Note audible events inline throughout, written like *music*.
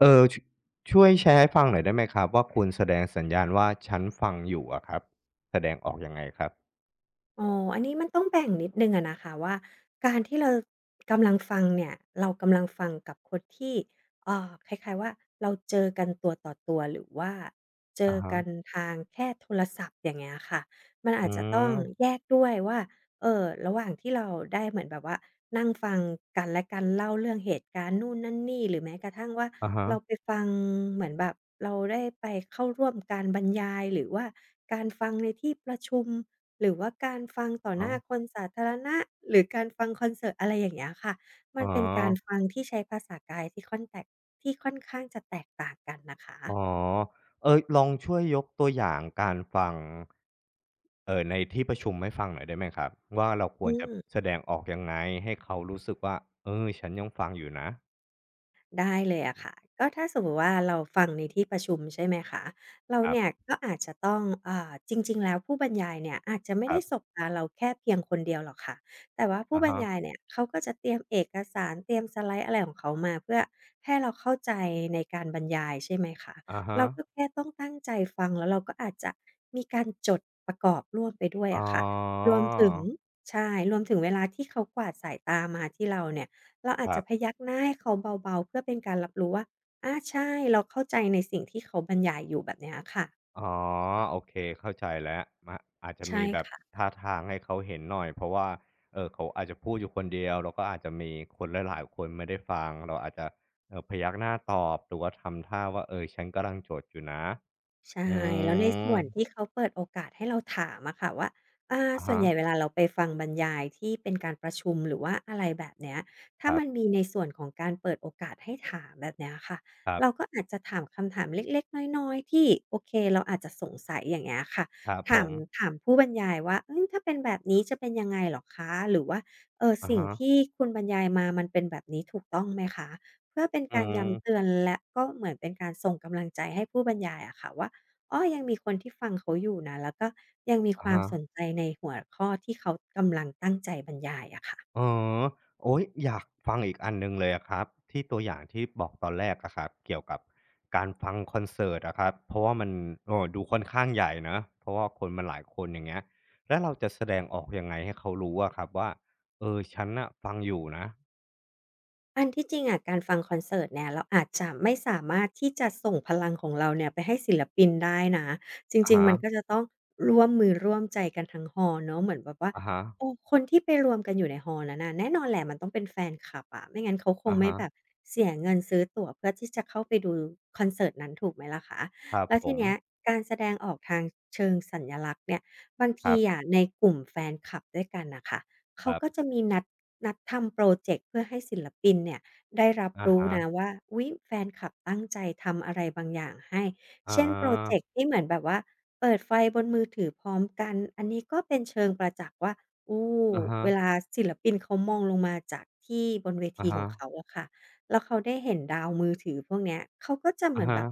เออชช่วยแชร์ให้ฟังหน่อยได้ไหมครับว่าคุณแสดงสัญญาณว่าฉันฟังอยู่อะครับแสดงออกยังไงครับอ๋ออันนี้มันต้องแบ่งนิดนึงอะนะคะว่าการที่เรากำลังฟังเนี่ยเรากำลังฟังกับคนที่คล้ายๆว่าเราเจอกันตัวต่อตัวหรือว่าเจออะกันฮะทางแค่โทรศัพท์อย่างเงี้ยค่ะมันอือาจจะต้องแยมกด้วยว่าระหว่างที่เราได้เหมือนแบบว่านั่งฟังกันและกันเล่าเรื่องเหตุการณ์นู่นนั่นนี่หรือแม้กระทั่งว่าอะฮะเราไปฟังเหมือนแบบเราได้ไปเข้าร่วมการบรรยายหรือว่าการฟังในที่ประชุม หรือว่าการฟังต่อหอ๋อน้าคนสาธารณะหรือการฟังคอนเสิร์ตอะไรอย่างเงี้ยค่ะมัอ๋นอเป็นการฟังที่ใช้ภาษากายที่ค่อนแตกที่ค่อนข้างจะแตกต่างกันนะคะอ๋อเออลองช่วยยกตัวอย่างการฟังในที่ประชุมให้ฟังหน่อยได้ไหมครับว่าเราควอืรจะม แสดงออกยังไงให้เขารู้สึกว่าเออฉันยังฟังอยู่นะได้เลยอะค่ะก็ถ้าสมมติว่าเราฟังในที่ประชุมใช่ไหมคะเราครัเนี่ยบก็อาจจะต้องเอ่าจริงๆแล้วผู้บรรยายเนี่ยอาจจะไม่ครัได้บสบตาเราแค่เพียงคนเดียวหรอกค่ะแต่ว่าผู้อะบรรฮะยายเนี่ยเขาก็จะเตรียมเอกสารเตรียมสไลด์อะไรของเขามาเพื่อให้เราเข้าใจในการบรรยายใช่ไหมคะอะฮะเราก็แค่ต้องตั้งใจฟังแล้วเราก็อาจจะมีการจดประกอบร่วมไปด้วยอ๋ออะค่ะรวมถึงใช่รวมถึงเวลาที่เขากวาดสายตามาที่เราเนี่ย เราอาคจรัจะพบ ยักหน้าให้เขาเบาๆ เพื่อเป็นการรับรู้ว่าอาใช่ เราเข้าใจในสิ่งที่เขาบรรยายอยู่แบบเนี้ยค่ะ อ๋อโอเคเข้าใจแล้วมะอาจจะใช่มีแบบค่ะ ท่าทางให้เขาเห็นหน่อยเพราะว่าเขาอาจจะพูดอยู่คนเดียวแล้วก็อาจจะมีคนหลายๆคนไม่ได้ฟังเราอาจจะพยักหน้าตอบหรือว่าทำท่าว่าเออฉันกำลังจดอยู่นะใช่อืแล้วในส่มวนที่เขาเปิดโอกาสให้เราถามอะค่ะว่าอ่าอะส่วนฮะใหญ่เวลาเราไปฟังบรรยายที่เป็นการประชุมหรือว่าอะไรแบบเนี้ยคถ้ารัมันบมีในส่วนของการเปิดโอกาสให้ถามแบบเนี้ยค่ะๆเราก็อาจจะถามคำถามเล็กๆน้อยๆที่โอเคเราอาจจะสงสัยอย่างเงี้ยค่ะครับผถามมถามผู้บรรยายว่าเฮ้ยถ้าเป็นแบบนี้จะเป็นยังไงเหรอคะหรือว่าอะสิ่งฮะที่คุณบรรยายมามันเป็นแบบนี้ถูกต้องไหมคะเพื่อเป็นอืการย้ำเตืมอนและก็เหมือนเป็นการส่งกำลังใจให้ผู้บรรยายอะค่ะว่า อ้อยังมีคนที่ฟังเขาอยู่นะ แล้วก็ยังมีคอะวามฮะ สนใจในหัวข้อที่เขากำลังตั้งใจบรรยายอะค่ะ อ๋อโอ๊ยอยากฟังอีกอันหนึ่งเลยอะครับที่ตัวอย่างที่บอกตอนแรกอะครับเกี่ยวกับการฟังคอนเสิร์ตอะครับเพราะว่ามันดูค่อนข้างใหญ่นะเพราะว่าคนมันหลายคนอย่างเงี้ยแล้วเราจะแสดงออกยังไงให้เขารู้อะครับว่าเออฉันน่ะฟังอยู่นะอันที่จริงอะการฟังคอนเสิร์ตเนี่ยเราอาจจะไม่สามารถที่จะส่งพลังของเราเนี่ยไปให้ศิลปินได้นะจอะริงๆฮะมันก็จะต้องร่วมมือร่วมใจกันทั้งฮอลเนาะเหมือนแบบว่าอะฮะโอ้คนที่ไปรวมกันอยู่ในฮอลนั้นน่ะแน่นอนแหละมันต้องเป็นแฟนคลับอะไม่งั้นเขาคงอะไม่ฮะแบบเสียเงินซื้อตั๋วเพื่อที่จะเข้าไปดูคอนเสิร์ตนั้นถูกไหมล่ะคะครับแล้วผทีมเนี้ยการแสดงออกทางเชิงสัญลักษณ์เนี่ยบางคทีรอะในกลุ่มแฟนคลับด้วยกันนะคะ เขาับก็จะมีนัดทำโพรเจกต์เพื่อให้ศิลปินเนี่ยได้รับๆอะรู้ฮะนะว่าอุ๊ยแฟนคลับตั้งใจทำอะไรบางอย่างให้อ๋เช่นโพรเจอกต์ที่เหมือนแบบว่าเปิดไฟบนมือถือพร้อมกันอันนี้ก็เป็นเชิงประจักษ์ว่าโอ้อะฮะเวลาศิลปินเขามองลงมาจากที่บนเวอะทีขฮะองเขาอะค่ะ แล้วเขาได้เห็นดาวมือถือพวกเนี้ยเขาก็จะเหอะมือนฮะแบบ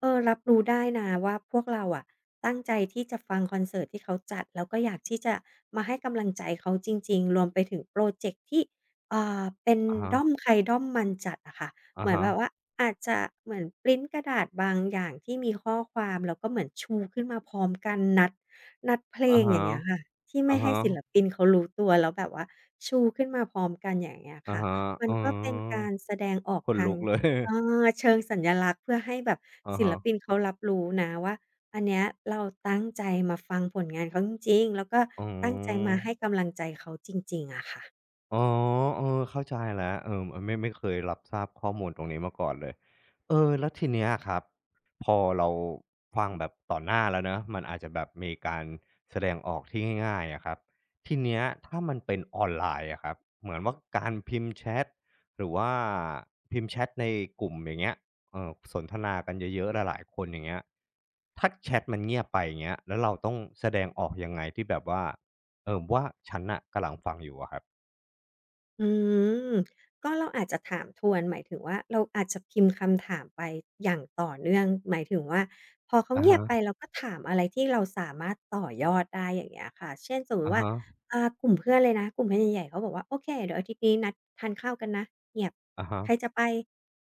เออรับรู้ได้นะว่าพวกเราอะตั้งใจที่จะฟังคอนเสิร์ตที่เขาจัดแล้วก็อยากที่จะมาให้กำลังใจเขาจริงๆรวมไปถึงพรอเจกต์ที่อ่าเป็นอะฮะด้อมใครด้อมมันจัดอะค่ะอะเหมือนฮะแบบว่าอาจจะเหมือนพรินต์กระดาษบางอย่างที่มีข้อความแล้วก็เหมือนชูขึ้นมาพร้อมกันนัดเพลอะงอฮะย่างเงี้ยค่ะที่อะไม่ให้ฮะศิลปินเขารู้ตัวแล้วแบบว่าชูขึ้นมาพร้อมกันอย่างเงี้ยอะค่ะ ฮะมัอนอ๋อก็เป็นการแสดงออกขนทางลุกเลย เอ *laughs* เชิงสัญลักษณ์เพื่อให้แบบอะศิลฮะ ปินเขารับรู้นะว่าอันเนี้ยเราตั้งใจมาฟังผลงานเขาจริงๆแล้วก็อ๋อ ตั้งใจมาให้กำลังใจเขาจริงๆอะค่ะ อ๋อเออเข้าใจแล้วเออไม่ไม่เคยรับทราบข้อมูลตรงนี้มาก่อนเลยเออแล้วทีเนี้ยอะครับพอเราฟังแบบต่อหน้าแล้วเนาะมันอาจจะแบบมีการแสดงออกที่ง่ายๆอะครับทีเนี้ยถ้ามันเป็นออนไลน์อะครับเหมือนว่าการพิมพ์แชตหรือว่าพิมพ์แชตในกลุ่มอย่างเงี้ยสนทนากันเยอะๆหลายๆคนอย่างเงี้ยถ้าแชตมันเงียบไปอย่างเงี้ยแล้วเราต้องแสดงออกยังไงที่แบบว่าว่าฉันน่ะกำลังฟังอยู่อะครับ อืมก็เราอาจจะถามทวนหมายถึงว่าเราอาจจะพิมพ์คำถามไปอย่างต่อเนื่องหมายถึงว่าพอเขาอะเงียบฮะไปเราก็ถามอะไรที่เราสามารถต่อยอดได้อย่างเงี้ยค่ะเช่นสมมุติอะว่าฮะกลุ่มเพื่อนเลยนะกลุ่มเพื่อนใหญ่ๆเขาบอกว่าโอเคเดี๋ยวอาทิตย์นี้นัดทานข้าวกันนะเงียบอะฮะใครจะไป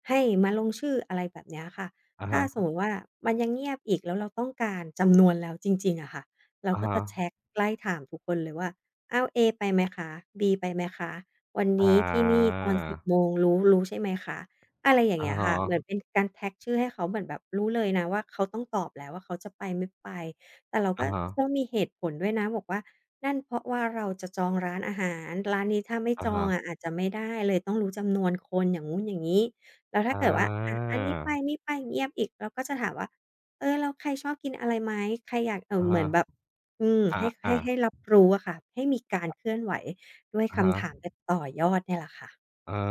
ให้มาลงชื่ออะไรแบบเนี้ยค่ะอะถ้าฮะสมมุติว่ามันยังเงียบอีกแล้วเราต้องการจำนวนแล้วจริงๆอะค่ะเราอะก็ฮะจะแชตไล่ถามทุกคนเลยว่าอ้าวเอไปไหมคะบีไปไหมคะ วันอานี้ที่นี่ตอน10โมงรู้ใช่ไหมคะอะไรอย่างอะเงี้ยฮค่ะเหมือนะเป็นการแท็กชื่อให้เขาเหมือนแบบรู้เลยนะว่าเขาต้องตอบแล้วว่าเขาจะไปไม่ไปแต่เราก็อะฮะจะต้องมีเหตุผลด้วยนะบอกว่านั่นเพราะว่าเราจะจองร้านอาหารร้านนี้ถ้าไม่อะจองฮะอะอาจจะไม่ได้เลยต้องรู้จำนวนคนอย่างงู้นอย่างงี้แล้วถ้าเกิดว่าอะออันนี้ไปไม่ไปเงียบอีกเราก็จะถามว่าเออแล้วใครชอบกินอะไรไหมใครอยากเหมือนแบบาอะให้ฮะอะให้ให้อารับรู้อะค่ะให้มีการเคลื่อนไหว ด้วยอะฮะ คำถามแบบต่อยอดเนี่ยแหละค่ะอ๋อ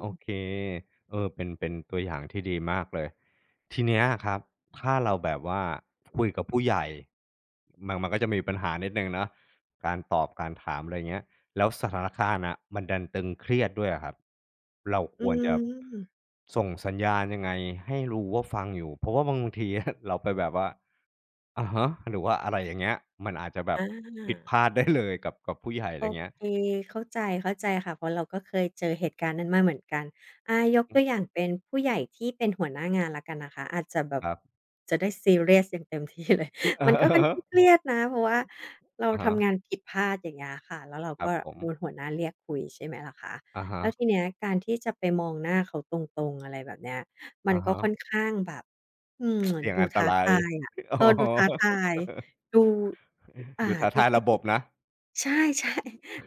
โอเคเออเป็นเป็นตัวอย่างที่ดีมากเลยทีเนี้ยครับถ้าเราแบบว่าคุยกับผู้ใหญ่มันมันก็จะมีปัญหานิดหนึ่งเนาะการตอบการถามอะไรเงี้ยแล้วสถานการณ์น่ะมันดันตึงเครียดด้วยอะครับเราคอืวรจะมส่งสัญญาณยังไงให้รู้ว่าฟังอยู่เพราะว่าบางทีเราไปแบบว่าอะฮะหรือว่าอะไรอย่างเงี้ยมันอาจจะแบบอา ผิดพลาดได้เลยกับกับผู้ใหญ่อะโอไรเงี้ยเคเข้าใจเข้าใจค่ะเพราะเราก็เคยเจอเหตุการณ์นั้นมาเหมือนกันยกตัวอย่างเป็นผู้ใหญ่ที่เป็นหัวหน้างานแล้วกันนะคะอาจจะแบบครับจะได้ซีเรียสอย่างเต็มที่เลย *laughs* เอมัอนก็ค่อนๆข้างๆ เครียดนะเพราะว่า *laughs* เราอะฮะทำงานผิดพลาดอย่างเงี้ยค่ะแล้วเราครัก็บผม โดนหัวหน้าเรียกคุยใช่ไหมล่ะคะอะฮะแล้วทีเนี้ยการที่จะไปมองหน้าเขาตรงๆอะไรแบบเนี้ยมันอะก็ฮะค่อนข้างแบบอืมเสี่ยงดูอันตท้ารายทายอะอ๋อเออดูท้าทายดูอ่าดูท่าวิทางธีระบที่ บนะใช่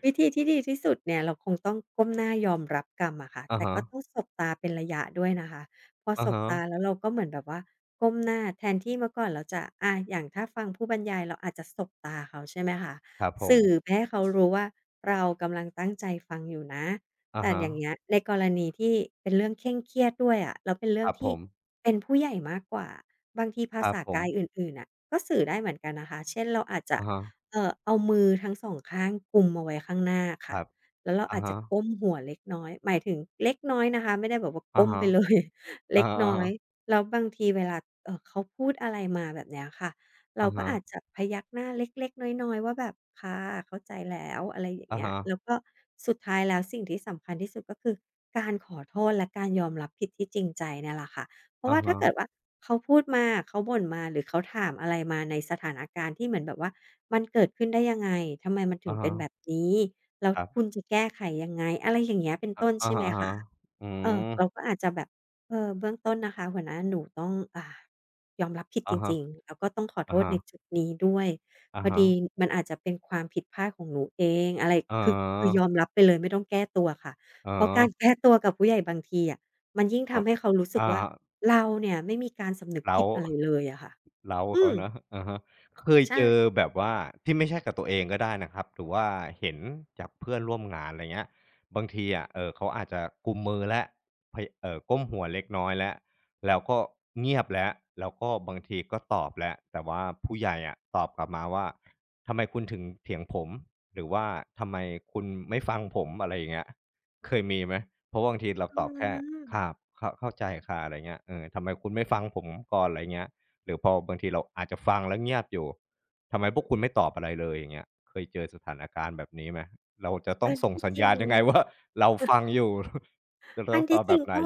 วิธีที่ดีที่สุดเนี่ยเราคงต้องก้มหน้ายอมรับกรรมอะค่ะอะแต่ฮะก็ต้องสบตาเป็นระยะด้วยนะคะพออะสบฮะตาแล้วเราก็เหมือนแบบว่าก้มหน้าแทนที่เมื่อก่อนเราจะอย่างถ้าฟังผู้บรรยายเราอาจจะสบตาเขาใช่ไหมคะครับผมสื่อไปให้เขารู้ว่าเรากำลังตั้งใจฟังอยู่นะอะแต่ฮะอย่างเงี้ยในกรณีที่เป็นเรื่องเคร่งเครียดด้วยอะแล้วเป็นเรื่คองรับผที่ม เป็นผู้ใหญ่มากกว่าบางทีภาครับษาผมกายอื่นๆน่ะก็สื่อได้เหมือนกันนะคะเช่นเราอาจจะ อะฮะเอามือทั้งสองข้างกุมเอาไว้ข้างหน้าคค่ะรับแล้วเราอะอาจจะฮะก้มหัวเล็กน้อยหมายถึงเล็กน้อยนะคะไม่ได้แบบว่าอะก้มฮะไปเลย *laughs* อะเล็กน้อยฮะแล้วบางทีเวลาเขาพูดอะไรมาแบบเนี้ยค่ะเราอะก็ฮะอาจจะพยักหน้าเล็กๆน้อยๆว่าแบบค่ะเข้าใจแล้วอะไรอย่างอะเงี้ยฮะแล้วก็สุดท้ายแล้วสิ่งที่สำคัญที่สุดก็คือการขอโทษและการยอมรับผิดที่จริงใจเนี่ยแหละค่ะ เพราะอะว่าถ้าฮะเกิดว่าเขาพูดมาเขาบ่นมาหรือเขาถามอะไรมาในสถานการณ์ที่เหมือนแบบว่ามันเกิดขึ้นได้ยังไงทำไมมันถึอะงเป็นแบบฮะนี้แล้วครับคุณจะแก้ไขยังไงอะไรอย่างเงี้ยเป็นต้นอะใช่ไหมฮะคะๆอืเออเรามก็อาจจะแบบเออเบื้องต้นนะคะหัวหน้าหนูต้องยอมรับผิดจอะฮะริๆงๆแล้วก็ต้องขอโทษในๆจุดนี้ด้วยอะพอฮะดีมันอาจจะเป็นความผิดพลาดของหนูเองอะไรอ๋คือยออมรับไปเลยไม่ต้องแก้ตัวค่ะอ๋อเพราะการแก้ตัวกับผู้ใหญ่บางทีอะ มันยิ่งครัทำบให้เขารู้สึกอ่าว่าเราเนี่ยไม่มีการสำนึกแล้ผิว ดอะไรเลยอะค่ะ เร้าอืเขาม เนาะอะฮะเคยเจอใช่ แบบว่าที่ไม่ใช่กับตัวเองก็ได้นะครับหรือว่าเห็นจากเพื่อนร่วมงานอะไรเงี้ยบางทีอะเขาอาจจะกุมมือแล้วพเอ่อก้มหัวเล็กน้อยแล้วแล้วก็เงียบแล้วแล้วก็บางทีก็ตอบแล้วแต่ว่าผู้ใหญ่อะตอบกลับมาว่าทำไมคุณถึงเถียงผมหรือว่าทำไมคุณไม่ฟังผมอะไรอย่างเงี้ยเคยมีไหมเพราะบางทีเราอืตอบแค่ครับมเข้าเข้าใจค่ะอะไรเงี้ยเออทำไมคุณไม่ฟังผมก่อนอะไรเงี้ย หรือพอบางทีเราอาจจะฟังแล้วเงียบอยู่ ทำไมพวกคุณไม่ตอบอะไรเลยอย่างเงี้ยเคยเจอสถานการณ์แบบนี้ไหม เราจะต้ออังนส่งที่สัญจริญาง ณยังไงว่าเราฟังอยู่ *laughs* จะต้อัอนงตที่อบจแบริงบไหนก็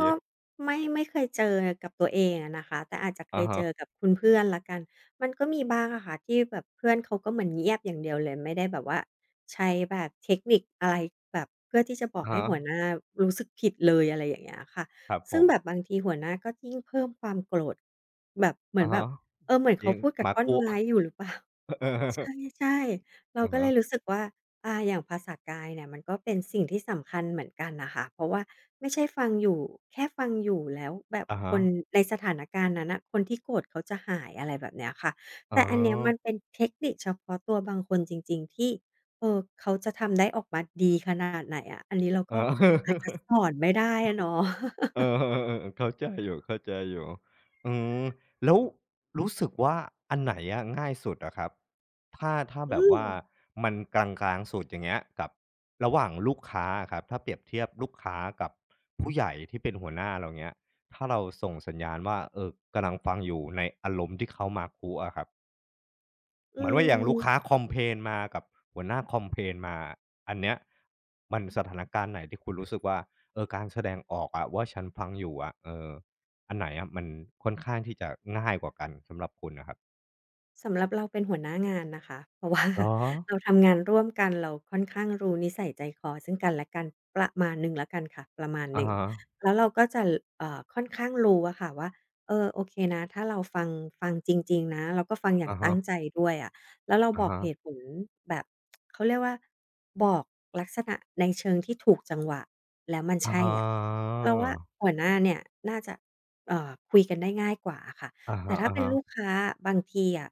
ไม่เคยเจอกับตัวเองอะนะคะแต่อาจจะเคอะยเจอฮะกับคุณเพื่อนแล้วกันมันก็มีบ้างอะค่ะที่แบบเพื่อนเขาก็เหมือนเงียบอย่างเดียวเลยไม่ได้แบบว่าใช้แบบเทคนิคอะไรแบบเพื่อที่จะบอกอะให้ฮะหัวหน้ารู้สึกผิดเลยอะไรอย่างเงี้ยค่ะครับผซึ่งมแบบบางทีหัวหน้าก็ยิ่งเพิ่มความโกรธแบบเหมือนอะแบบฮะเออเหมือนจเขาริงพูดกัหบมาท่อนกุไม้อยู่หรือเปล่า เอ *laughs* อ *laughs* ใช่ๆ เราอะก็เลฮะยรู้สึกว่าอย่างภาษากายเนี่ยมันก็เป็นสิ่งที่สำคัญเหมือนกันน่ะค่ะเพราะว่าไม่ใช่ฟังอยู่แค่ฟังอยู่แล้วแบบอะคฮะนในสถานการณ์นั้นน่ะคนที่โกรธเขาจะหายอะไรแบบเนี้ยค่ะอ๋อแต่อันเนี้ยมันเป็นเทคนิคเฉพาะตัวบางคนจริงๆที่เขาจะทำได้ออกมาดีขนาดไหนอะอันนี้เราอ๋ก็อาจอ จะสอนไม่ได้อะเนาะ เอ *laughs* อ *laughs* ๆๆๆเข้าใจอยู่เข้าใจอยู่อืมแล้วรู้สึกว่าอันไหนอะง่ายสุดอะครับถ้าถ้าแบอืบมว่ามันกลางๆสุดอย่างเงี้ยกับระหว่างลูกค้าอะครับถ้าเปรียบเทียบลูกค้ากับผู้ใหญ่ที่เป็นหัวหน้าเราเงี้ยถ้าเราส่งสัญญาณว่าเออกำลังฟังอยู่ในอารมณ์ที่เขามาคุอะครับ เหอืมือนว่าอย่างลูกค้าม คอมเ l a i มากับหัวหน้าคอ m p พ a i n มาอันเนี้ยมันสถานการณ์ไหนที่คุณรู้สึกว่าเออการแสดงออกอะว่าฉันฟังอยู่อะเอออันไหนอะมันค่อนข้างที่จะง่ายกว่ากันสำหรับคุณน่ะครับสำหรับเราเป็นหัวหน้างานนะคะ *laughs* เพราะว่า เหรอ *laughs* เราทำงานร่วมกันเราค่อนข้างรู้นิสัยใจคอซึ่งกันและกันประมาณหนึ่งและกันค่ะประมาณหอะนึ่งฮะแล้วเราก็จะค่อนข้างรู้อะค่ะว่าเออโอเคนะถ้าเราฟังจริงๆนะเราก็ฟังอย่างอะตั้งฮะใจด้วยอะแล้วเราอะบอกฮะเหตุผลแบบ *tsk* เขาเรียกว่าบอกลักษณะในเชิงที่ถูกจังหวะแล้วมันอ๋ใช่ออะเราว่าหัวหน้าเนี่ยน่าจะคุยกันได้ง่ายกว่าค่ะ อะแต่ฮะๆถ้าอะฮเป็นลูกค้าบางทีอะ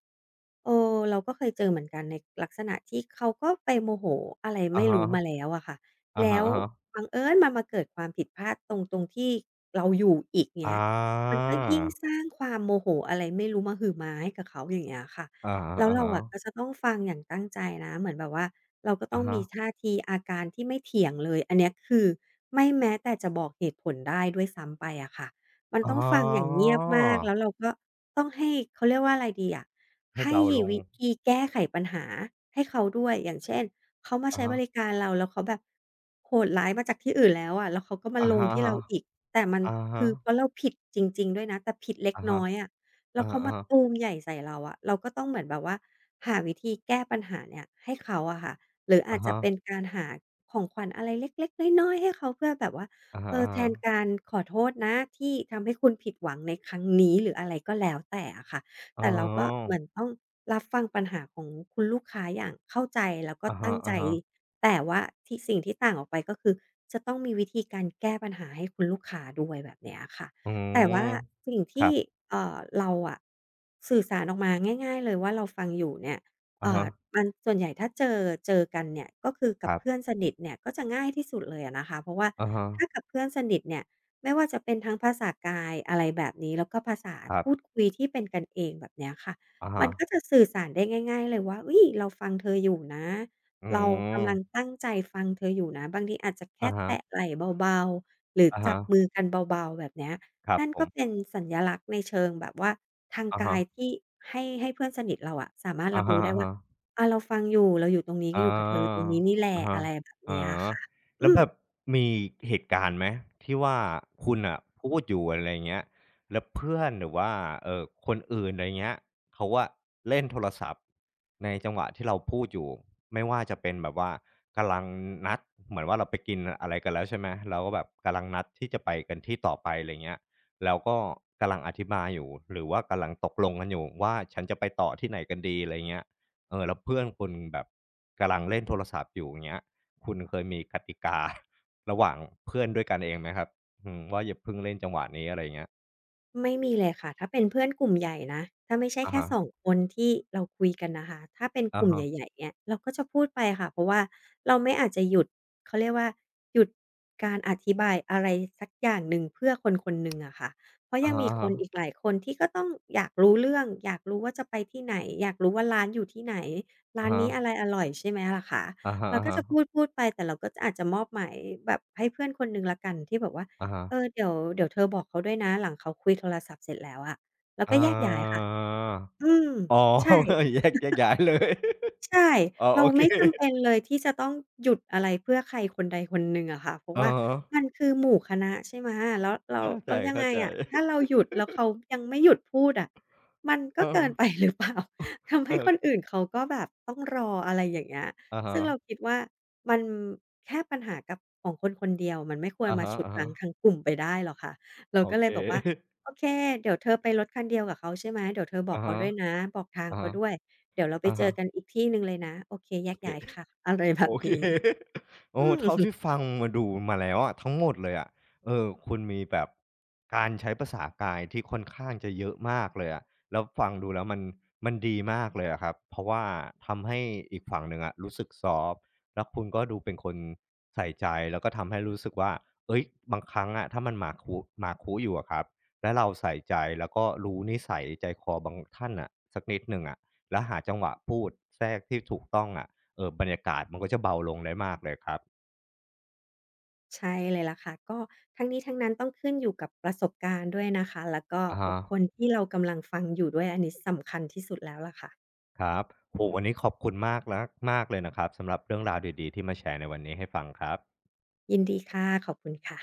เออเราก็เคยเจอเหมือนกันในลักษณะที่เขาก็ไปโมโหอะไรไม่รู้ะมาแล้วอะค่ะอะแล้ฮะวอะฮะบังเอิญมันมาเกิดความผิดพลาดตรงที่เราอยู่อีกๆอาเงี้ยมันก็ยิ่งสร้างความโมโหอะไรไม่รู้มะหือมาให้กับเขาอย่างเงี้ยค่ะอะแล้วเราฮะออะก็จะต้องฟังอย่างตั้งใจนะเหมือนแบบว่าเราก็ต้ออะงฮะมีท่าทีอาการที่ไม่เถียงเลยอันเนี้ยคือไม่แม้แต่จะบอกเหตุผลได้ด้วยซ้ำไปอะค่ะ มันอ๋ต้องฟังอย่างอเงียบมากแล้วเราก็ต้องให้เขาเรียกว่าอะไรดีอะให้ให้เบาลงวิธีแก้ไขปัญหาให้เขาด้วยอย่างเช่นเขามาอะใช้บฮะริการเราแล้วเขาแบบโหดร้ายมาจากที่อื่นแล้วอะแล้วเขาก็มาอะลฮงที่เราะอีกแต่มันๆอะคืฮะอเพราะเราผิดจริงๆด้วยนะแต่ผิดเล็กอะน้ฮะอยอะแล้อะวเขาฮะอะมาฮะ ตูมใหญ่ใส่เราอะเราก็ต้องเหมือนแบบว่าหาวิธีแก้ปัญหาเนี่ยให้เขาอะค่ะหรืออาจอะจะฮะเป็นการหาของขวัญอะไรเล็กๆน้อยๆให้เขาเพื่อแบบว่า อะเอฮะอแทนกาๆรขอโทษนะที่ทำให้คุณผิดหวังในครั้งนี้หรืออะไรก็แล้วแต่อะค่ะอ๋แต่เราก็เหมืออนต้องรับฟังปัญหาของคุณลูกค้าอย่างเข้าใจแล้วก็อะฮะตั้งใจๆแต่ว่าที่สิ่งที่ต่างออกไปก็คือจะต้องมีวิธีการแก้ปัญหาให้คุณลูกค้าด้วยแบบเนี้ยค่ะอืแต่มว่าสิ่งครัที่บเราอะสื่อสารออกมาง่ายๆเลยว่าเราฟังอยู่เนี่ย อะฮะอ่ามันส่วนใหญ่ถ้าเจอกันเนี่ยก็คือคกับรัเพื่อนบสนิทเนี่ยก็จะง่ายที่สุดเลยอะนะคะเพราะว่าอะฮะถ้ากับเพื่อนสนิทเนี่ยไม่ว่าจะเป็นทั้งภาษากายอะไรแบบนี้แล้วก็ภาษาครัพูดบคุยที่เป็นกันเองแบบเนี้ยค่ะอะมัฮะนก็จะสื่อสารได้ง่ายๆเลยว่าอุ๊ยเราฟังเธออยู่นะอืเรากำลังมตั้งใจฟังเธออยู่นะบางทีอาจจะแค่อะแตะฮไหล่เบาๆหรือะจับมือๆกันเบาๆแบบเนี้ย ครับนั่นผก็มเป็นสัญลักษณ์ในเชิงแบบว่าทางอะกาฮะยที่ให้เพื่อนสนิทเราอะสามารถอะรับฮะรู้ได้ว่าๆ อาเราฟังอยู่เราอยู่ตรงนี้ออยู่กับเธอตรงานี้นี่แหละอะอะฮะไรแบบอ๋เนี้ยอค่ะอืแล้วม แบบมีเหตุการณ์ไหมที่ว่าคุณน่ะพูดอยู่อะไรอย่างเงี้ยแล้วเพื่อนหรือว่าคนอื่นอะไรเงี้ยเขาอะเล่นโทรศัพท์ในจังหวะที่เราพูดอยู่ไม่ว่าจะเป็นแบบว่ากำลังนัดเหมือนว่าเราไปกินอะไรกันแล้วใช่ไหมเราก็แบบกำลังนัดที่จะไปกันที่ต่อไปอะไรเงี้ยแล้วก็กำลังอธิบายอยู่หรือว่ากำลังตกลงกันอยู่ว่าฉันจะไปต่อที่ไหนกันดีอะไรเงี้ย เออแล้วเพื่อนคุณแบบกำลังเล่นโทรศัพท์อยู่อย่างเงี้ยคุณเคยมีกติกา *laughs* ระหว่างเพื่อนด้วยกันเองไหมครับอืมว่าอย่าเพิ่งเล่นจังหวะนี้อะไรเงี้ยไม่มีเลยค่ะถ้าเป็นเพื่อนกลุ่มใหญ่นะถ้าไม่ใช่อะแค่ฮะ2คนที่เราคุยกันนะคะถ้าเป็นกอะลุ่มฮะใหญ่ๆเนี่ยเราก็จะพูดไปค่ะเพราะว่าเราไม่อาจจะหยุดเขาเรียกว่าหยุดการอธิบายอะไรสักอย่างหนึ่งเพื่อคนๆหนึ่งอะค่ะเพราะอะยังมีคฮะนอีกหลายคนที่ก็ต้องอยากรู้เรื่องอยากรู้ว่าจะไปที่ไหนอยากรู้ว่าร้านอยู่ที่ไหนร้าอะนฮะนี้อะไรอร่อยใช่ไหมล่ะคะอะฮะเราอะก็จะฮะพูดๆไปแต่เราก็อาจจะมอบหมายแบบให้เพื่อนคนหนึ่งแล้วกันที่แบบว่า อาฮะเออเดี๋ยวเธอบอกเขาด้วยนะหลังเขาคุยโทรศัพท์เสร็จแล้วอะแล้วก็อาแยกย้ายค่ะอืมอ๋อ ใช่ *laughs* แยกย้ายเลย ใช่ *laughs* อ๋อเราโอเค ไม่จำเป็นเลยที่จะต้องหยุดอะไรเพื่อใครคนใดคนหนึ่งอะค่ะเพราะ *laughs* อะว่าะมันคือหมู่คณะใช่ไหมแล้วแล้วเข้าใจแล้วยังไงอะๆ ถ้า *laughs* เราหยุดแล้วเขายังไม่หยุดพูดอะมันก็เอเกิอนไปหรือเปล่า *laughs* ทำให้คนเอออื่นเขาก็แบบต้องรออะไรอย่างเงี้ยอะฮะซึ่งเราคิดว่ามันแค่ปัญหากับของคนคนเดียวมันไม่ควรอามาฮะฉุดอ่าฮะรั้งทั้งกลุ่มไปได้หรอกค่ะเราโอก็เลเค ยบอกว่า *laughs* โอเคเดี๋ยวเธอไปรถคันเดียวกับเขาใช่ไหมเดี๋ยวเธอบอกอะเขาฮะด้วยนะบอกทางอะเขาฮะด้วย เดี๋ยวเราไปอะเจอกันฮะอีกที่หนึ่งเลยนะโอเคแยโอกเค ย้ายค่ะ *laughs* อะไรแบโอบเค นี้ *laughs* โอ้อืม เท่าที่ *laughs* ฟังมาดูมาแล้วอะทั้งหมดเลยอะเออคุณมีแบบการใช้ภาษากายที่ค่อนข้างจะเยอะมากเลยอะแล้วฟังดูแล้วมันดีมากเลยอะครับเพราะว่าทำให้อีกฝั่งหนึ่งอะรู้สึกซอฟต์แล้วคุณก็ดูเป็นคนใส่ใจแล้วก็ทำให้รู้สึกว่าเฮ้ยบางครั้งอะถ้ามันหมาคุอยู่อะครับ แล้วเราใส่ใจแล้วก็รู้นิสัยใจคอบางท่านน่ะสักนิดหนึ่งอะแล้วหาจังหวะพูดแทรกที่ถูกต้องอะ เออบรรยากาศมันก็จะเบาลงได้มากเลยครับใช่เลยล่ะค่ะก็ทั้งนี้ทั้งนั้นต้องขึ้นอยู่กับประสบการณ์ด้วยนะคะแล้วก็อะบุฮะคคลที่เรากำลังฟังอยู่ด้วยอันนี้สำคัญที่สุดแล้วล่ะค่ะครับโอ้โฮวันนี้ขอบคุณมากแล้วมากเลยนะครับสำหรับเรื่องราวดีๆที่มาแชร์ในวันนี้ให้ฟังครับยินดีค่ะขอบคุณค่ะ